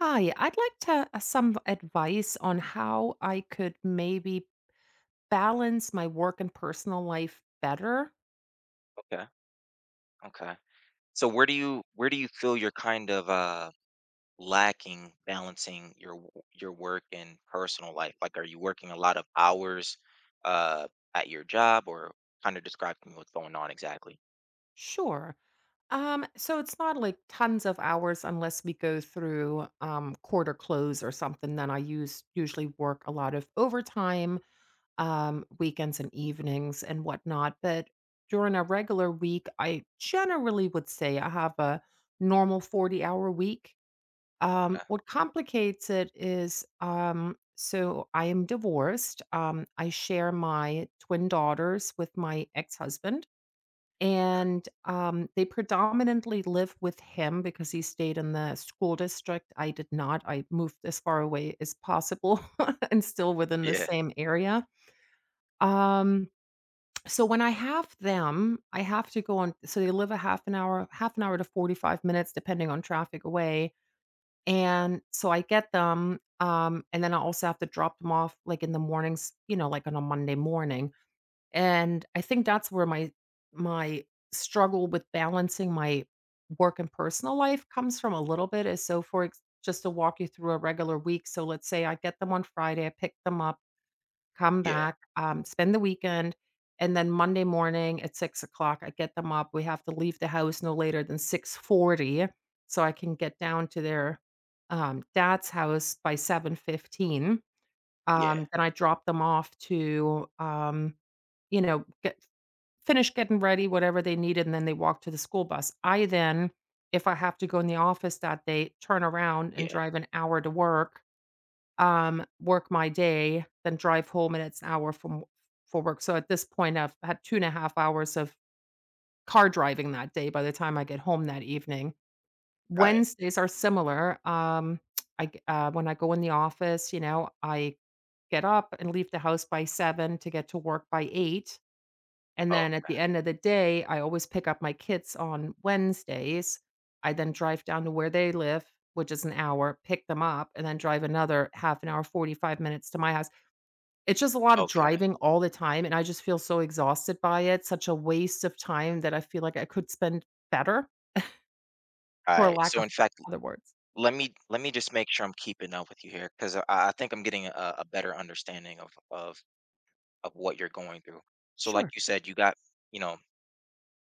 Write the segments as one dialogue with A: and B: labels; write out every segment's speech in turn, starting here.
A: Hi, I'd like to some advice on how I could maybe balance my work and personal life better.
B: Okay. Okay. So where do you feel you're kind of lacking balancing your your work and personal life? Like are you working a lot of hours uh at your job, or kind of describe to me what's going on exactly?
A: Sure. So it's not like tons of hours unless we go through quarter close or something. Then I use usually work a lot of overtime, weekends and evenings and whatnot. But during a regular week, I generally would say I have a normal 40-hour week.
B: Okay.
A: What complicates it is, so I am divorced. I share my twin daughters with my ex-husband, and they predominantly live with him because he stayed in the school district. I did not. I moved as far away as possible and still within the
B: Yeah.
A: same area. Um, so when I have them, I have to go on. So they live a half an hour to 45 minutes, depending on traffic away, and so I get them, and then I also have to drop them off, like, in the mornings, you know, like, on a Monday morning, and I think that's where my my struggle with balancing my work and personal life comes from a little bit is, so for ex just to walk you through a regular week, so let's say I get them on Friday, I pick them up, come
B: Yeah.
A: back, spend the weekend, and then Monday morning at 6 o'clock, I get them up. We have to leave the house no later than 6:40 so I can get down to their, dad's house by 7:15.
B: Yeah.
A: Then I drop them off to, get finish getting ready, whatever they needed, and then they walk to the school bus. I then, if I have to go in the office that day, turn around and
B: Yeah.
A: drive an hour to work, work my day, then drive home, and it's an hour from for work. So at this point, I've had 2.5 hours of car driving that day by the time I get home that evening.
B: All right.
A: Wednesdays are similar. I g when I go in the office, you know, I get up and leave the house by 7 to get to work by 8. And then at the
B: Okay.
A: end of the day, I always pick up my kids on Wednesdays. I then drive down to where they live, which is an hour, pick them up, and then drive another half an hour, 45 minutes to my house. It's just a lot of
B: Okay.
A: driving all the time. And I just feel so exhausted by it, such a waste of time that I feel like I could spend better,
B: All
A: for
B: right.
A: lack
B: So in
A: of
B: fact,
A: other words.
B: let me just make sure I'm keeping up with you here, because I think I'm getting a better understanding of of what you're going through. So like
A: Sure.
B: you said, you got, you know,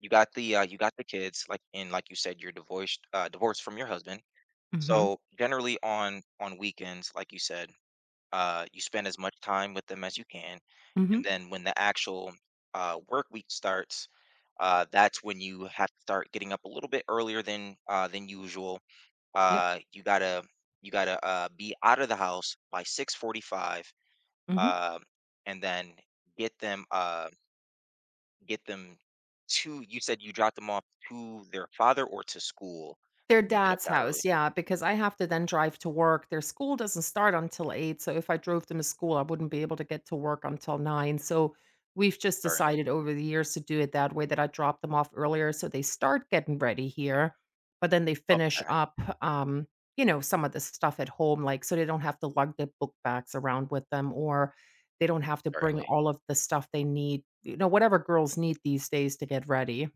B: you got the you got the kids, like, and like you said, you're divorced, divorced from your husband.
A: Mhm.
B: So generally, on weekends, like you said, you spend as much time with them as you can, and
A: Mhm.
B: then when the actual work week starts, that's when you have to start getting up a little bit earlier than, than usual.
A: Yep.
B: You gotta, be out of the house by 6:45,
A: Mhm.
B: uh, and then get them. Get them to— you said you dropped them off to their father, or to school
A: Their
B: when you get up
A: dad's
B: that early?
A: house, yeah, because I have to then drive to work. Their school doesn't start until 8, so if I drove them to school, I wouldn't be able to get to work until 9, so we've just
B: Certainly.
A: decided over the years to do it that way, that I drop them off earlier so they start getting ready here, but then they finish
B: Okay,
A: up, um, some of the stuff at home, like, so they don't have to lug their book bags around with them, or they don't have to bring
B: certainly.
A: all of the stuff they need, you know, whatever girls need these days to get ready.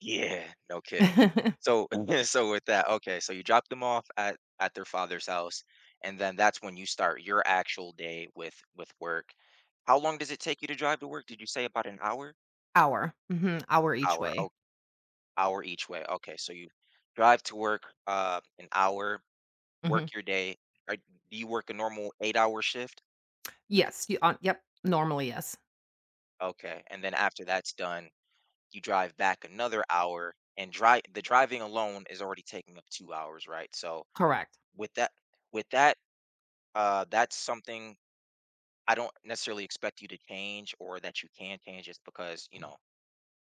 B: Yeah, no kidding. So so with that, okay, so you drop them off at their father's house, and then that's when you start your actual day with work. How long does it take you to drive to work? Did you say about an hour?
A: Hour. Mhm, hour each
B: Hour.
A: way.
B: Oh, hour each way. Okay, so you drive to work an hour, work
A: Mhm.
B: your day. Do you work a normal 8 hour shift?
A: Yes, you yep, normally, yes.
B: Okay, and then after that's done, you drive back another hour and drive— the driving alone is already taking up 2 hours, right? So,
A: Correct.
B: with that, with that, that's something I don't necessarily expect you to change, or that you can change, just because, you know,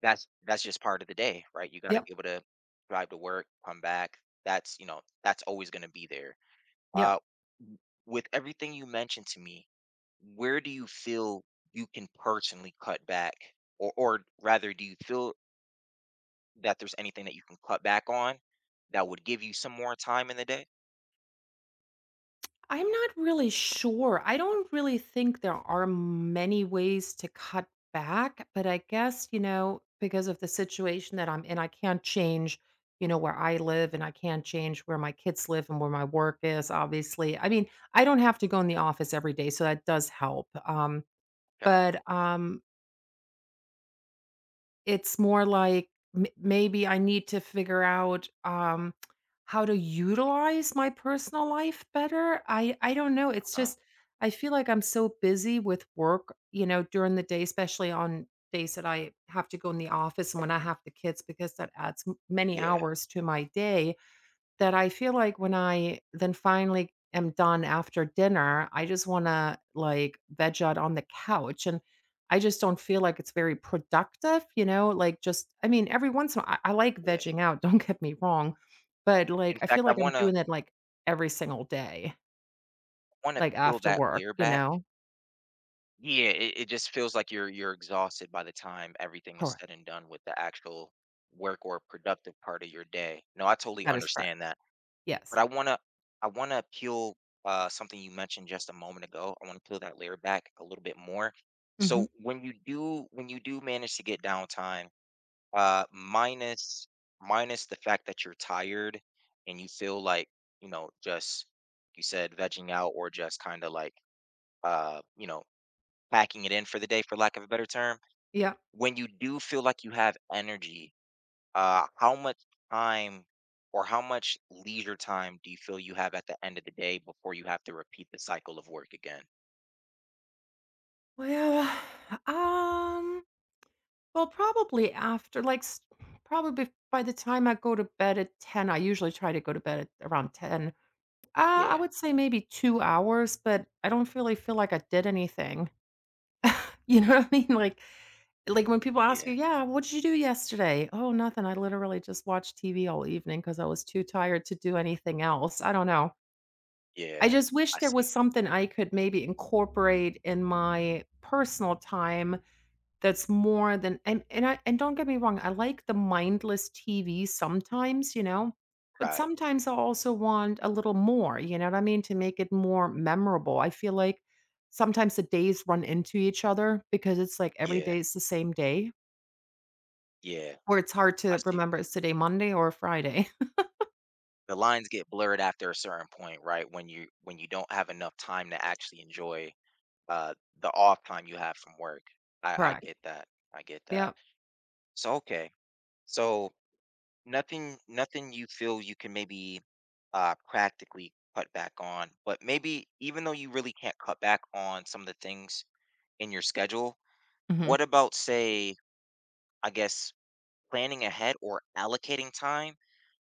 B: that's just part of the day, right? You gotta
A: Yep,
B: be able to drive to work, come back. That's, you know, that's always gonna be there.
A: yep.
B: Uh, w- with everything you mentioned to me, where do you feel you can personally cut back? Or rather, do you feel that there's anything that you can cut back on that would give you some more time in the day?
A: I'm not really sure. I don't really think there are many ways to cut back, but I guess, you know, because of the situation that I'm in, I can't change, you know, where I live, and I can't change where my kids live and where my work is, obviously. I mean, I don't have to go in the office every day, so that does help.
B: Okay.
A: But It's more like m maybe I need to figure out, how to utilize my personal life better? I don't know, it's
B: Uh,
A: just I feel like I'm so busy with work, you know, during the day, especially on days that I have to go in the office and when I have the kids because that adds m many
B: yeah,
A: hours to my day. That I feel like when I then finally am done after dinner, I just wanna, like, veg out on the couch, and I just don't feel like it's very productive, you know? Like, just I mean, every once in a while, I like
B: yeah.
A: vegging out, don't get me wrong, but, like,
B: In
A: I
B: fact,
A: feel
B: I
A: like I'm
B: wanna—
A: doing it, like, every single day, like,
B: peel
A: after
B: that
A: work,
B: layer
A: you
B: back.
A: know?
B: Yeah, it just feels like you're exhausted by the time everything is
A: Correct.
B: said and done with the actual work, or productive part of your day. No, I totally
A: That is correct.
B: understand that. But
A: Yes.
B: I wanna— peel— something you mentioned just a moment ago. I wanna peel that layer back a little bit more.
A: Mhm.
B: So when you do— when you do manage to get downtime, Uh, minus minus the fact that you're tired and you feel like, you know, just, you said vegging out, or just kind of like, you know, packing it in for the day, for lack of a better term.
A: Yeah.
B: When you do feel like you have energy, how much time or how much leisure time do you feel you have at the end of the day before you have to repeat the cycle of work again?
A: Well, um well, probably after, like, s probably by the time I go to bed at 10, I usually try to go to bed at around 10. I
B: Yeah,
A: would say maybe 2 hours, but I don't really feel like I did anything. You know what I mean? Like, when people ask
B: yeah,
A: you, "Yeah, what did you do yesterday?" "Oh, nothing. I literally just watched TV all evening because I was too tired to do anything else." I don't know. I
B: yeah.
A: just wish
B: I
A: there
B: see.
A: was something I could maybe incorporate in my personal time that's more than and I and don't get me wrong, I like the mindless TV sometimes, you know? But
B: Right.
A: sometimes I also want a little more, you know what I mean, to make it more memorable. I feel like sometimes the days run into each other because it's like every
B: Yeah,
A: day is the same day,
B: yeah.
A: where it's hard
B: I
A: to
B: see.
A: remember, it's today Monday or Friday?
B: The lines get blurred after a certain point, right? When you— when you don't have enough time to actually enjoy uh the off time you have from work. I
A: Correct.
B: get that. I get that.
A: Yeah.
B: So okay. So nothing— you feel you can maybe practically cut back on, but maybe, even though you really can't cut back on some of the things in your schedule,
A: Mhm.
B: what about, say, I guess, planning ahead or allocating time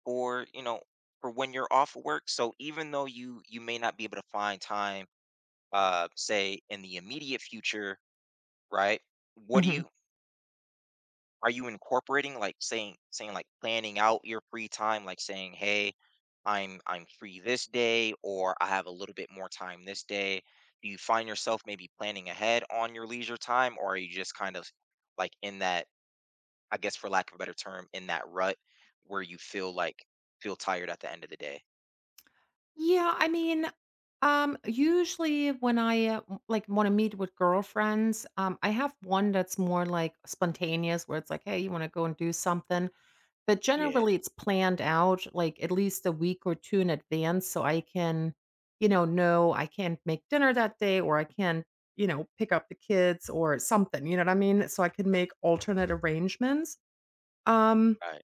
B: for, you know, for when you're off work, so even though you may not be able to find time say in the immediate future, right, what do
A: Mhm.
B: you— are you incorporating, like, saying— like planning out your free time, like saying, hey, I'm free this day, or I have a little bit more time this day, do you find yourself maybe planning ahead on your leisure time, or are you just kind of like in that, I guess, for lack of a better term, in that rut where you feel like— feel tired at the end of the day?
A: Yeah, I mean, usually when I like want to meet with girlfriends, I have one that's more like spontaneous, where it's like, hey, you want to go and do something. But
B: Yeah.
A: generally, it's planned out like at least a week or two in advance, so I can, you know I can't make dinner that day, or I can, you know, pick up the kids or something. You know what I mean? So I can make alternate arrangements. Um,
B: Right.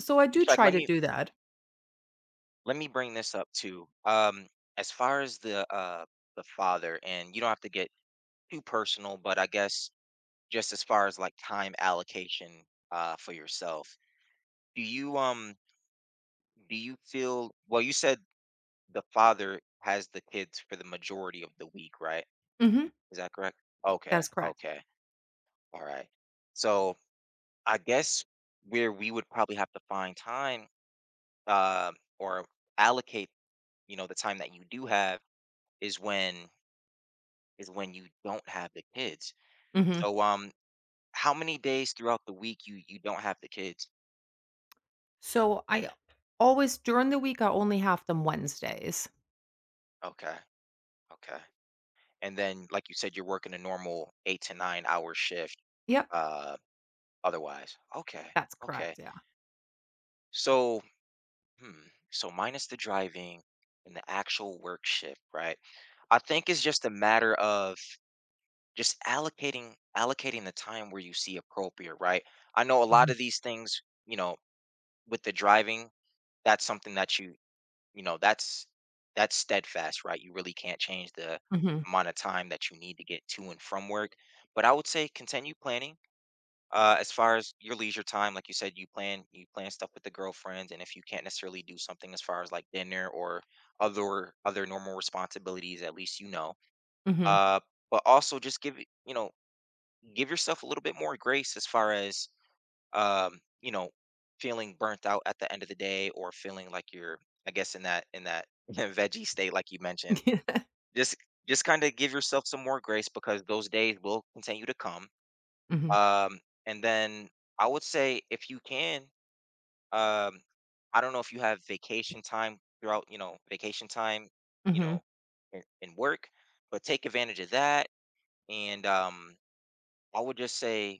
A: so I
B: In
A: do
B: fact,
A: try
B: let
A: to
B: me
A: do that.
B: let me bring this up too. As far as the father, and you don't have to get too personal, but I guess just as far as, like, time allocation for yourself, do you, um, do you feel— well, you said the father has the kids for the majority of the week, right?
A: Mm-hmm.
B: Is that correct? Okay.
A: That's correct.
B: Okay. All right. So I guess where we would probably have to find time, uh, or allocate, you know, the time that you do have is when— you don't have the kids.
A: Mm-hmm.
B: So, how many days throughout the week you, you don't have the kids?
A: So I always during the week, I only have them Wednesdays.
B: Okay, okay. And then, like you said, you're working a normal 8 to 9 hour shift.
A: Yep,
B: Uh, otherwise, okay,
A: that's correct,
B: okay.
A: yeah.
B: So, hmm, so minus the driving and the actual work shift, right? I think it's just a matter of just allocating the time where you see appropriate, right? I know a lot
A: Mhm,
B: of these things, you know, with the driving, that's something that you— you know, that's steadfast, right? You really can't change the
A: mhm,
B: amount of time that you need to get to and from work. But I would say continue planning. As far as your leisure time, like you said, you plan— stuff with the girlfriends, and if you can't necessarily do something as far as, like, dinner or other normal responsibilities, at least you know.
A: mhm.
B: Uh, but also just give it— you know, give yourself a little bit more grace as far as, you know, feeling burnt out at the end of the day, or feeling like you're, I guess, in that— veggie state, like you mentioned.
A: Yeah.
B: Just— kind of give yourself some more grace, because those days will continue to come.
A: Mhm,
B: Um, and then I would say, if you can, um, I don't know if you have vacation time throughout, you know, vacation time, you
A: mhm,
B: know, in work, but take advantage of that. And I would just say,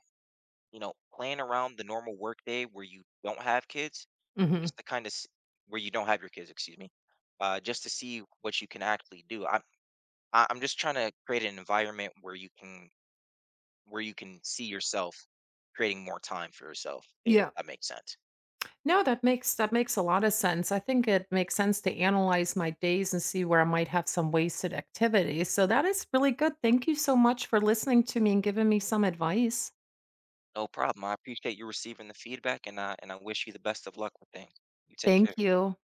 B: you know, plan around the normal work day where you don't have kids—
A: mhm.
B: just to kind of s— where you don't have your kids, excuse me, just to see what you can actually do. I'm just trying to create an environment where you can— see yourself creating more time for yourself, if
A: Yeah.
B: that makes sense.
A: No, that makes a lot of sense. I think it makes sense to analyze my days and see where I might have some wasted activities, so that is really good. Thank you so much for listening to me and giving me some advice.
B: No problem. I appreciate you receiving the feedback, and I wish you the best of luck with things. You take care.
A: Thank you.